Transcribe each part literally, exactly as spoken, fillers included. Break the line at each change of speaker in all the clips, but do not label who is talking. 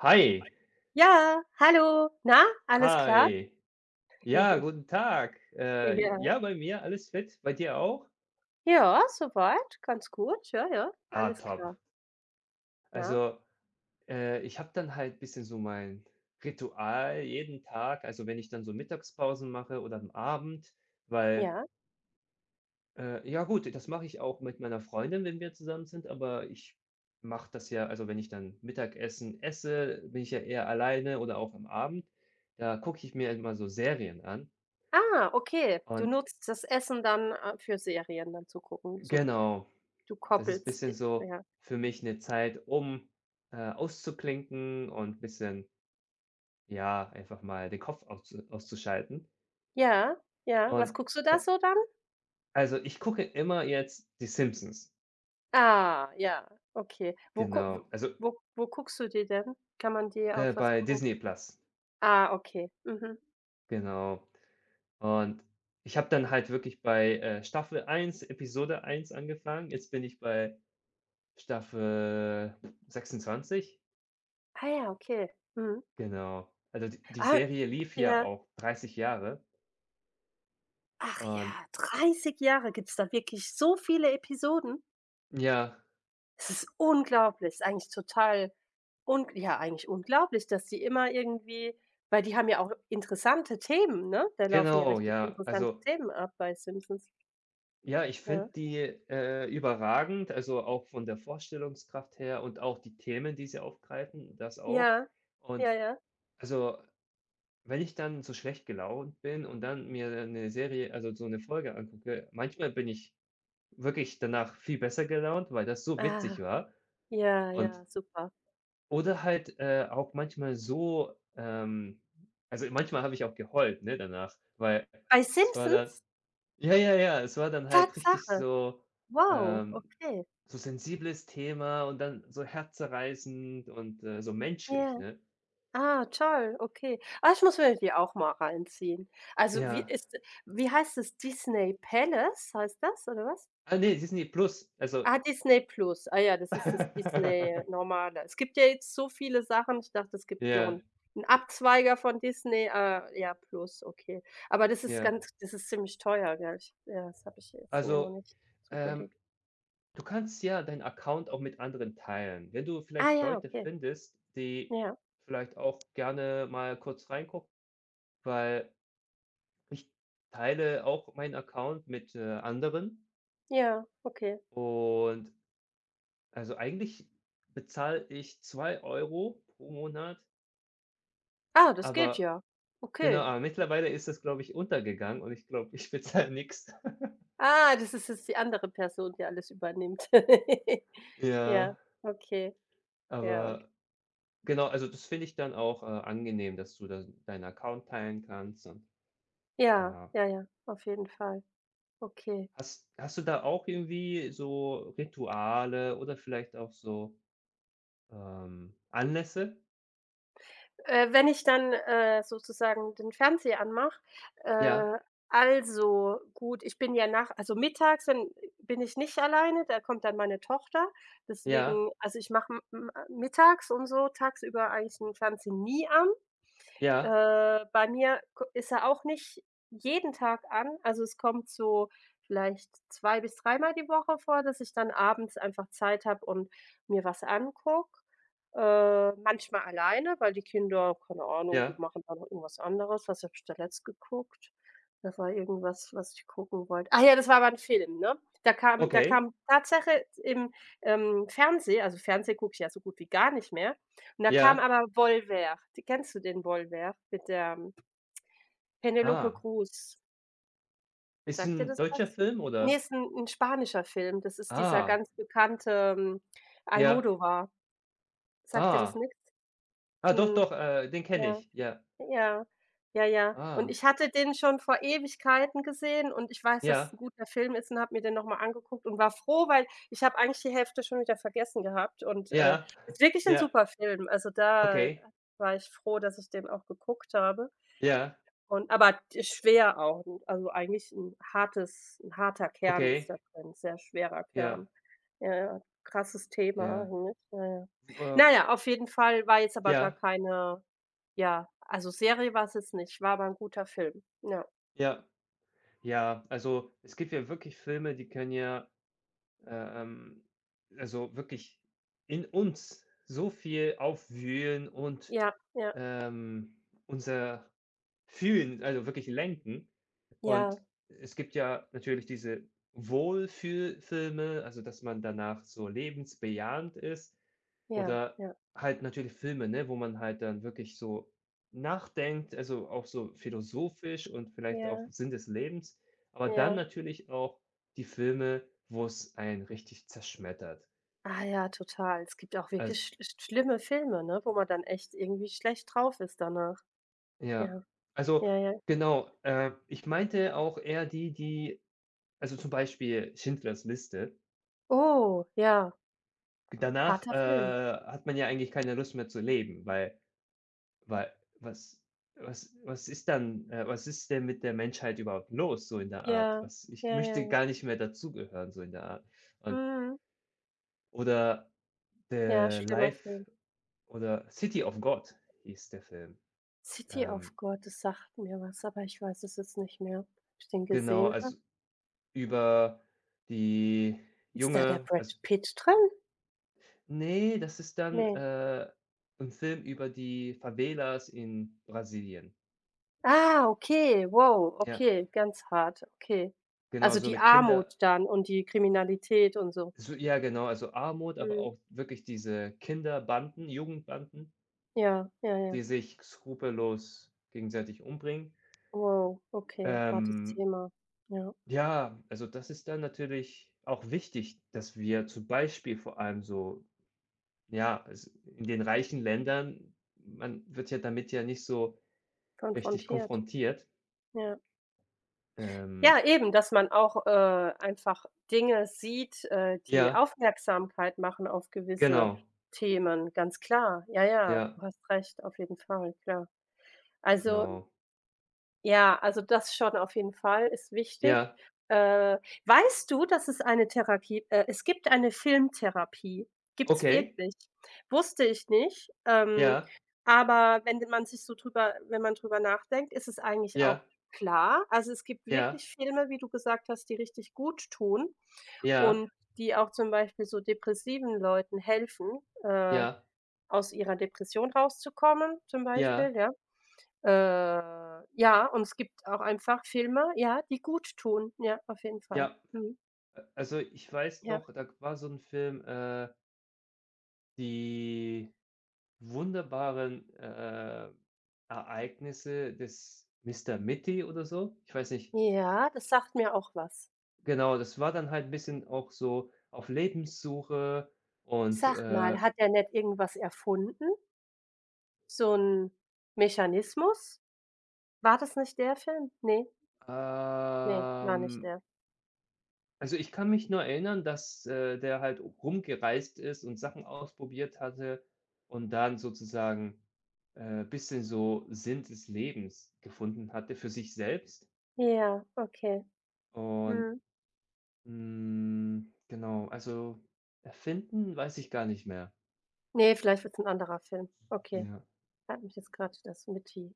Hi,
Ja, hallo. Na, alles klar?
hi. Ja, guten Tag. Äh,
Ja.
ja, bei mir alles fit, bei dir auch?
Ja, soweit, ganz gut. Ja, ja,
Ah,
alles klar.
top.
Na,
Also, äh, ich habe dann halt ein bisschen so mein Ritual jeden Tag, also wenn ich dann so Mittagspausen mache oder am Abend, weil,
ja.
äh, ja gut, das mache ich auch mit meiner Freundin, wenn wir zusammen sind, aber ich mache das ja, also wenn ich dann Mittagessen esse, bin ich ja eher alleine oder auch am Abend, da gucke ich mir immer so Serien an
Ah, okay. Du
und
nutzt das Essen dann, äh, für Serien dann zu gucken. So,
genau.
du
Das ist ein
koppelst
bisschen
di
so
ja.
für mich eine Zeit, um äh, auszuklinken und ein bisschen, ja, einfach mal den Kopf auszu auszuschalten.
Ja, ja. Was
Und
guckst du
da
da so dann?
also, ich gucke immer jetzt die Simpsons,
Ah, ja, okay. Wo guck w
genau. Also,
wo wo guckst du die denn? Kann man die
äh,
auf was
bei
gucken?
Disney Plus,
Ah, okay. Mhm.
genau. Und ich habe dann halt wirklich bei äh, Staffel eins Episode eins angefangen. Jetzt bin ich bei Staffel sechsundzwanzig,
Ah ja, okay. Mhm.
genau. Also, die die
Ah,
Serie lief ja
ja.
auch 30 Jahre
Ach
und
ja, dreißig Jahre gibt's da wirklich so viele Episoden?
ja.
Es ist unglaublich, ist eigentlich total un ja, eigentlich unglaublich, dass die immer irgendwie weil die haben ja auch interessante Themen, ne? Da laufen ja
Genau,
richtig
ja.
interessante
Also,
Themen ab bei Simpsons.
ja, ich finde
Ja.
die äh, überragend, also auch von der Vorstellungskraft her und auch die Themen, die sie aufgreifen, das auch.
Ja.
Und
Ja, ja.
also, wenn ich dann so schlecht gelaunt bin und dann mir eine Serie also so eine Folge angucke, manchmal bin ich wirklich danach viel besser gelaunt, weil das so
Ah,
witzig war.
ja,
Und
ja, super.
oder halt, äh, auch manchmal so, ähm also manchmal habe ich auch geheult, ne, danach, weil
Bei
das war dann.
Simpsons?
Ja, ja, ja, es war dann halt richtig
Tatsache?
so
Wow,
ähm,
okay.
so sensibles Thema und dann so herzzerreißend und äh, so menschlich,
Ja.
ne?
Ah, toll, okay. Ah, ich muss mir die auch mal reinziehen. Also, wie
Ja.
ist wie heißt es? Disney Palace heißt das oder was?
Ah, ne, Disney Plus, also.
Ah, Disney Plus. Ah ja, das ist das Disney normale. Es gibt ja jetzt so viele Sachen. Ich dachte, es gibt noch einen
Ja,
'n Abzweiger von Disney. Ah, ja, Plus, okay. Aber das ist
ja.
ganz das ist ziemlich teuer, gell? Ich ja, das habe ich jetzt mir noch
Also,
nicht
ähm,
zugelegt.
du kannst ja deinen Account auch mit anderen teilen. Wenn du
Ah
vielleicht
ja,
Leute
okay.
findest, die
Ja,
vielleicht auch gerne mal kurz reingucken, weil ich teile auch meinen Account mit äh, anderen
ja, okay.
und also, eigentlich bezahle ich zwei Euro pro Monat,
Ah, das geht
aber
ja.
genau,
Okay.
aber mittlerweile ist das, glaube ich, untergegangen und ich glaube, ich bezahle nichts.
Ah, das ist jetzt die andere Person, die alles übernimmt. Ja,
Ja,
okay. Ja, ok
aber genau, also, das finde ich dann auch äh, angenehm, dass du da deinen Account teilen kannst und
ja,
ja.
ja, ja, auf jeden Fall. Okay.
Hast hast du da auch irgendwie so Rituale oder vielleicht auch so, ähm, Anlässe?
Äh, wenn ich dann, äh, sozusagen den Fernseher anmache
Ja,
äh, also gut, ich bin ja nach also mittags dann bin ich nicht alleine, da kommt dann meine Tochter.
ja,
Deswegen also ich mache mittags und so tagsüber eigentlich den Fernseher nie an.
ja,
Äh, bei mir ko ist er auch nicht jeden Tag an. Also, es kommt so vielleicht zwei bis dreimal die Woche vor, dass ich dann abends einfach Zeit habe und mir was angucke. Äh, manchmal alleine, weil die Kinder, keine Ahnung, die
ja.
machen dann noch irgendwas anderes. Was habe ich da letzt geguckt? Das war irgendwas, was ich gucken wollte. Ach ja, das war aber 'n Film, ne? Da kam da
Okay.
kam Tatsache im, ähm, Fernseh also, Fernsehen gucke ich ja so gut wie gar nicht mehr und da kam
Ja.
aber Wollwer. Die kennst du den Wollwer mit der Penelope
Ah.
Cruz?
Ist
Sagt dir
ein
das
deutscher
was?
Film
Ne,
oder?
ist 'n 'n spanischer Film. Das ist dieser
Ah.
ganz bekannte, ähm,
Ja.
Almodóvar. Sagt dir das
Ah.
nix?
Ah, doch,
Hm,
doch, äh, den kenne
ja,
ich. Ja.
ja, ja, ja. Und
Ah.
ich hatte den schon vor Ewigkeiten gesehen und ich weiß, dass es
Ja.
'n guter Film ist und habe mir den noch mal angeguckt und war froh, weil ich habe eigentlich die Hälfte schon wieder vergessen gehabt und, äh,
Ja.
ist wirklich 'n
Ja.
super Film. Also, da
Okay.
war ich froh, dass ich den auch geguckt habe.
Ja.
Und aber schwer auch, also eigentlich ein hartes 'n harter Kern ist
Okay.
da drin, sehr schwerer
Ja.
Kern. Ja, ja, krasses Thema
Ja.
eigentlich. Ja, ja.
Äh,
Na ja, auf jeden Fall war jetzt aber gar
ja.
keine ja, also Serie war es jetzt nicht, war aber 'n guter Film. Ja.
Ja. Ja, also, es gibt ja wirklich Filme, die können ja, äh, ähm, also, wirklich in uns so viel aufwühlen und
Ja, ja,
ähm, unser Fühlen, also wirklich lenken.
ja,
Und es gibt ja natürlich diese Wohlfühlfilme, also dass man danach so lebensbejahend ist
ja,
oder
ja,
halt natürlich Filme, ne, wo man halt dann wirklich so nachdenkt, also auch so philosophisch und vielleicht auch
ja,
Sinn des Lebens, aber dann
ja.
natürlich auch die Filme, wo es einen richtig zerschmettert.
Ah ja, total. Es gibt auch
Also,
wirklich sch sch schlimme Filme, ne, wo man dann echt irgendwie schlecht drauf ist danach.
ja,
Ja,
also
ja, ja.
genau, äh, ich meinte auch eher die, die, also zum Beispiel Schindlers Liste,
Oh, ja,
danach
harter
äh,
Film.
hat man ja eigentlich keine Lust mehr zu leben, weil weil was was was ist dann äh, was ist denn mit der Menschheit überhaupt los, so in der Art?
Ja,
Was Ich
ja, ja,
möchte
ja.
gar nicht mehr dazugehören, so in der Art. Und
Mhm.
oder
Ja,
The
schlimmer
Life
Film.
oder City of God hieß der Film.
City of
Ähm,
God, das sagt mir was, aber ich weiß es jetzt nicht mehr, ob ich den
genau,
gesehen
also
habe.
über die
Ist da der
junge
Brad
also
Pitt drin?
nee, das ist dann
Ne.
äh, 'n Film über die Favelas in Brasilien.
Ah, okay, wow,
Ja.
okay, ganz hart, okay.
Genau,
Also,
so
die
mit Kinder,
Armut dann und die Kriminalität und so.
so ja, genau, also Armut, aber
Mhm.
auch wirklich diese Kinderbanden, Jugendbanden,
Ja, ja, ja.
die sich skrupellos gegenseitig umbringen.
Wow, okay, hartes
Ähm,
Thema. Ja,
ja, also das ist dann natürlich auch wichtig, dass wir zum Beispiel vor allem so, ja, es in den reichen Ländern, man wird ja damit ja nicht so richtig
konfrontiert,
konfrontiert.
ja.
Ähm,
Ja, eben, dass man auch, äh, einfach Dinge sieht, äh, die
ja,
Aufmerksamkeit machen auf gewisse
genau.
Themen, ganz klar. Ja, ja,
Ja,
du hast recht, auf jeden Fall, klar. Also,
genau.
ja, also das schon auf jeden Fall, ist wichtig.
Ja,
Äh, weißt du, dass es eine Therapie äh, es gibt eine Filmtherapie gibt's
okay.
wirklich. Wusste ich nicht, ähm,
Ja,
aber wenn man sich so drüber wenn man drüber nachdenkt, ist es eigentlich
ja,
auch klar. Also, es gibt
ja,
wirklich Filme, wie du gesagt hast, die richtig gut tun
ja, ja.
und die auch zum Beispiel so depressiven Leuten helfen, äh,
Ja,
aus ihrer Depression rauszukommen zum Beispiel,
ja,
ja? Äh, ja, und es gibt auch einfach Filme, ja, die gut tun. Ja, auf jeden Fall.
ja.
Mhm.
Äh, also, ich weiß
Ja.
noch, da war so ein Film, äh, die wunderbaren äh, Ereignisse des Mister Mitty oder so. Ich weiß nicht.
Ja, das sagt mir auch was.
Genau, das war dann halt ein bisschen auch so auf Lebenssuche und
Sag
äh,
mal, hat er nicht irgendwas erfunden? So 'n Mechanismus? War das nicht der Film? Ne, ne, war nicht
ähm
der.
also, ich kann mich nur erinnern, dass äh, der halt rumgereist ist und Sachen ausprobiert hatte und dann sozusagen äh, bisschen so Sinn des Lebens gefunden hatte für sich selbst.
Ja, okay.
Und
Mhm.
hm, genau, also erfinden weiß ich gar nicht mehr.
Ne, vielleicht wird's 'n anderer Film. Okay.
Ja.
Hat mich jetzt grad das mit „T“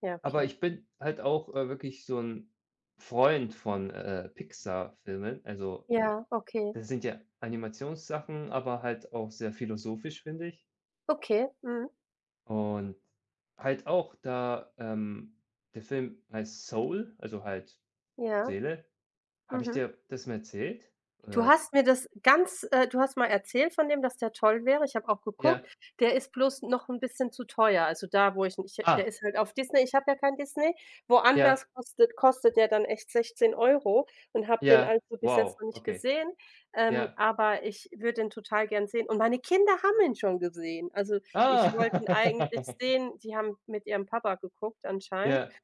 ja,
Aber
okay.
ich bin halt auch äh, wirklich so ein Freund von äh, Pixar-Filmen. Also,
Ja, okay.
das sind ja Animationssachen, aber halt auch sehr philosophisch, finde ich.
Okay, mhm.
Und halt auch da, ähm der Film heißt Soul, also halt
Ja,
Seele. Habe ich
mhm.
dir das mal erzählt?
Du
Oder
hast mir das ganz äh, du hast mal erzählt von dem, dass der toll wäre. Ich habe auch geguckt.
ja.
Der ist bloß noch ein bisschen zu teuer. Also, da, wo ich n der
Ah,
ist halt auf Disney. Ich habe ja kein Disney.
ja,
Woanders kostet kostet der dann echt sechzehn Euro und habe den
ja,
also bis jetzt
wow,
noch nicht
okay.
gesehen. Ähm,
Ja.
aber ich würde den total gern sehen und meine Kinder haben ihn schon gesehen. Also, ich wollte ihn eigentlich
Ah.
sehen. Die haben mit ihrem Papa geguckt anscheinend
Ja,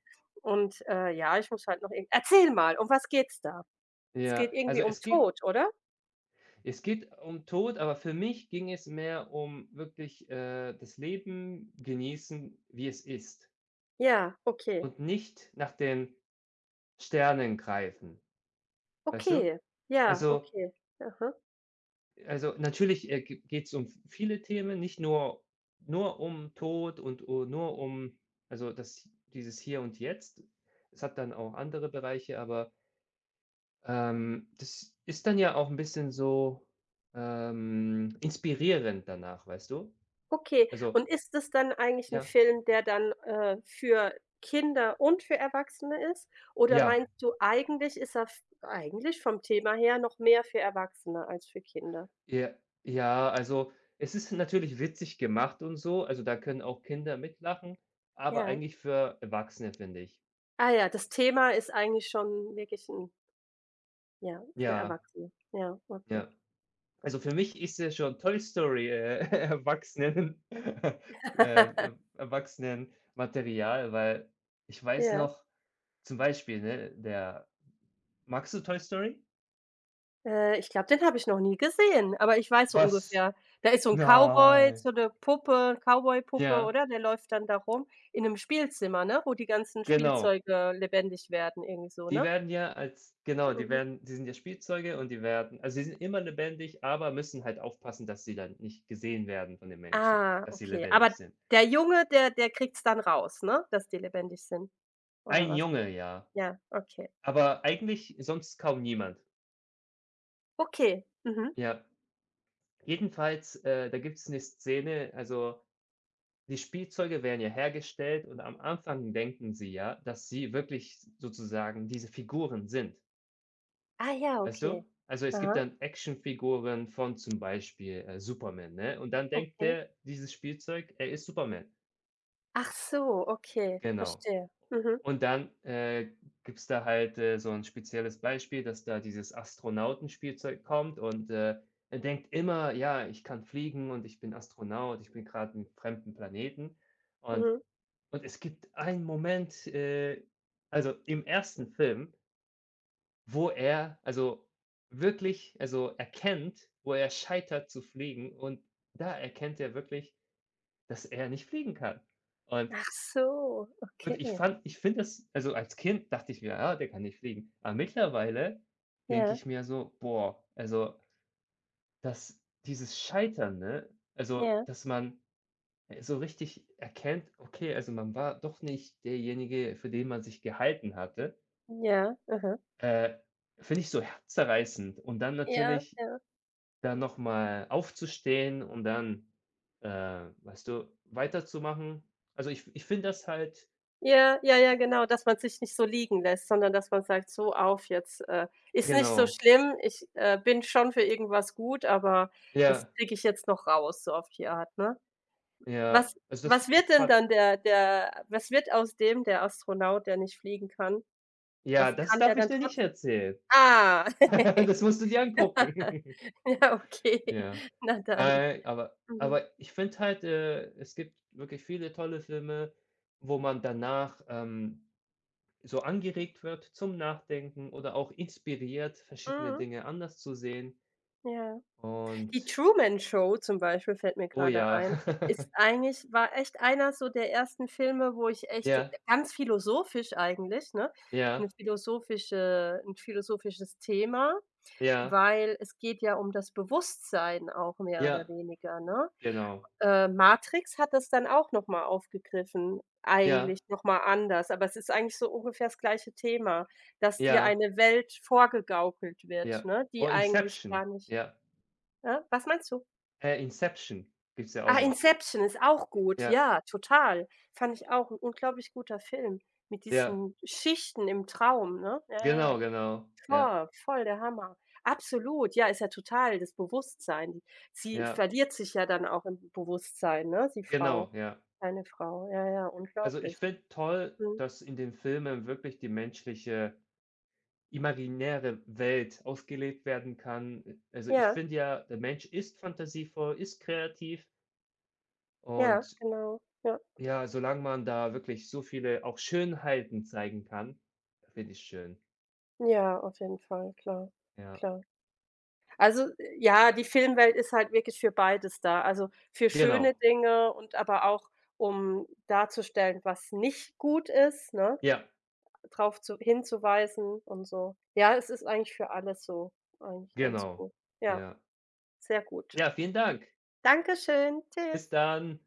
und, äh, ja, ich muss halt noch irgend erzähl mal, um was geht's da? Es
ja.
geht
Also,
irgendwie um
es geht
Tod, oder?
es geht um Tod, aber für mich ging es mehr um wirklich äh, das Leben genießen, wie es ist
Ja, okay.
und nicht nach den Sternen greifen, weißt du?
Okay. Ja,
Also
okay. Aha.
Also, natürlich äh, ge geht's um viele Themen, nicht nur nur um Tod und u nur um, also, das dieses Hier und Jetzt. Es hat dann auch andere Bereiche, aber ähm, das ist dann ja auch ein bisschen so ähm, inspirierend danach, weißt du?
Okay.
Also
Und ist es dann eigentlich 'n
ja,
Film, der dann, äh, für Kinder und für Erwachsene ist? Oder
ja,
meinst du, eigentlich ist er f eigentlich vom Thema her noch mehr für Erwachsene als für Kinder?
ja, ja, also, es ist natürlich witzig gemacht und so, also, da können auch Kinder mitlachen, aber
Ja.
eigentlich für Erwachsene, finde ich.
Ah ja, das Thema ist eigentlich schon wirklich 'n ja, für
Ja,
Erwachsene. Ja, okay.
ja. Also für mich ist ja schon Toy Story, äh, Erwachsenen ähm, er Erwachsenenmaterial, weil ich weiß
Ja.
noch zum Beispiel, ne, der magst du Toy Story?
Äh, ich glaube, den habe ich noch nie gesehen, aber ich weiß so
Was?
ungefähr. Da ist so 'n Cowboy,
Nein.
so 'ne Puppe Cowboy-Puppe,
Ja,
oder? Der läuft dann da rum in 'nem Spielzimmer, ne, wo die ganzen
genau.
Spielzeuge lebendig werden, irgendwie so,
Die
ne?
werden ja als Genau, die
Mhm.
werden die sind ja Spielzeuge und die werden also, sie sind immer lebendig, aber müssen halt aufpassen, dass sie dann nicht gesehen werden von den Menschen,
Ah,
dass sie
okay. Aber
lebendig sind.
der Junge, der der kriegt's dann raus, ne, dass die lebendig sind, oder
Ein
was?
Junge, ja,
Ja, okay.
aber eigentlich sonst kaum niemand.
Okay, mhm.
Ja. Jedenfalls, äh, da gibt es eine Szene, also, die Spielzeuge werden ja hergestellt und am Anfang denken sie ja, dass sie wirklich sozusagen diese Figuren sind,
Ah ja,
weißt
okay.
du? Also, es gibt
Aha,
dann Actionfiguren von zum Beispiel äh, Superman, ne? Und dann denkt
okay.
er, dieses Spielzeug, er ist Superman.
Ach so, okay,
Genau.
verstehe. Mhm,
Und dann äh, gibt's da halt äh, so ein spezielles Beispiel, dass da dieses Astronautenspielzeug kommt und äh, er denkt immer: „Ja, ich kann fliegen und ich bin Astronaut, ich bin gerade 'n fremden Planeten.“ Und
mhm.
und es gibt einen Moment, äh, also im ersten Film, wo er also wirklich also erkennt, wo er scheitert zu fliegen, und da erkennt er wirklich, dass er nicht fliegen kann. Und
Ach so,
und ich
okay.
fand ich finde es, also als Kind dachte ich mir: „Ja, der kann nicht fliegen.“ Aber mittlerweile denke
Ja,
ich mir so: „Boah, also, das dieses Scheitern, ne? Also,
ja.
dass man äh, so richtig erkennt, okay, also, man war doch nicht derjenige, für den man sich gehalten hatte.“
Ja, aha.
Äh, Finde ich so herzzerreißend. Und dann
Ja,
natürlich
ja.
da noch mal aufzustehen und dann äh, weißt du, weiterzumachen. Also, ich ich finde das halt
Ja, ja, ja, genau, dass man sich nicht so liegen lässt, sondern dass man sagt: „So, auf jetzt, äh, ist nicht so
genau.
schlimm. Ich, äh, bin schon für irgendwas gut, aber das
Ja.
kriege ich jetzt noch raus“, so auf die Art, ne? Was
Ja, also das
was wird denn
fand
dann der der Was wird aus dem, der Astronaut, der nicht fliegen kann?
ja,
Was
das
kann der
darf ich
dann
dir nicht
trotz
erzählen.
ah.
Das musst du dir angucken.
Ja, okay.
Ja.
Na dann.
Nein, aber
Mhm.
aber ich finde halt äh, es gibt wirklich viele tolle Filme, wo man danach ähm, so angeregt wird zum Nachdenken oder auch inspiriert, verschiedene
Mhm.
Dinge anders zu sehen.
Ja. Die
Und
„Truman Show“ zum Beispiel fällt mir
oh
gerade
ja.
ein, ist eigentlich war echt einer so der ersten Filme, wo ich echt so,
Ja,
ganz philosophisch eigentlich, ne? 'Ne
ja,
philosophische 'n philosophisches Thema,
ja,
weil es geht ja um das Bewusstsein auch mehr oder
ja,
weniger, ne?
genau.
Äh, Matrix hat das dann auch noch mal aufgegriffen,
Ja,
eigentlich noch mal anders, aber es ist eigentlich so ungefähr das gleiche Thema, dass dir
ja,
eine Welt vorgegaukelt wird,
ja.
ne,
Oh,
die eigentlich
Inception.
gar nicht
Ja.
ja, was meinst du?
Äh, Inception gibt's ja auch
Ah,
noch.
Inception ist auch gut.
Ja,
Ja, total. Fand ich auch 'n unglaublich guter Film mit
ja,
diesen Schichten im Traum, ne? Ja, ja.
genau, genau. Ja,
Voll, voll der Hammer. Absolut. Ja, ist ja total das Bewusstsein. Sie
ja,
verliert sich ja dann auch im Bewusstsein, ne, die Frau,
genau, ja.
kleine Frau. Ja, ja,
Also, ich
unglaublich.
finde toll,
Mhm.
dass in den Filmen wirklich die menschliche imaginäre Welt ausgelebt werden kann. Äh, also, ich
Ja,
finde ja, der Mensch ist fantasievoll, ist kreativ
ja,
und
genau. Ja,
ja, solange man da wirklich so viele auch Schönheiten zeigen kann, finde ich schön.
ja, auf jeden Fall, klar,
Ja,
klar. Also, ja, die Filmwelt ist halt wirklich für beides da. Also, für schöne
genau.
Dinge und aber auch, um darzustellen, was nicht gut ist, ne,
Ja,
drauf zu hinzuweisen und so. Ja, es ist eigentlich für alles so eigentlich ganz
genau.
gut. Ja,
Ja.
sehr gut.
Ja, vielen Dank.
Dankeschön. Tschüss.
Bis dann.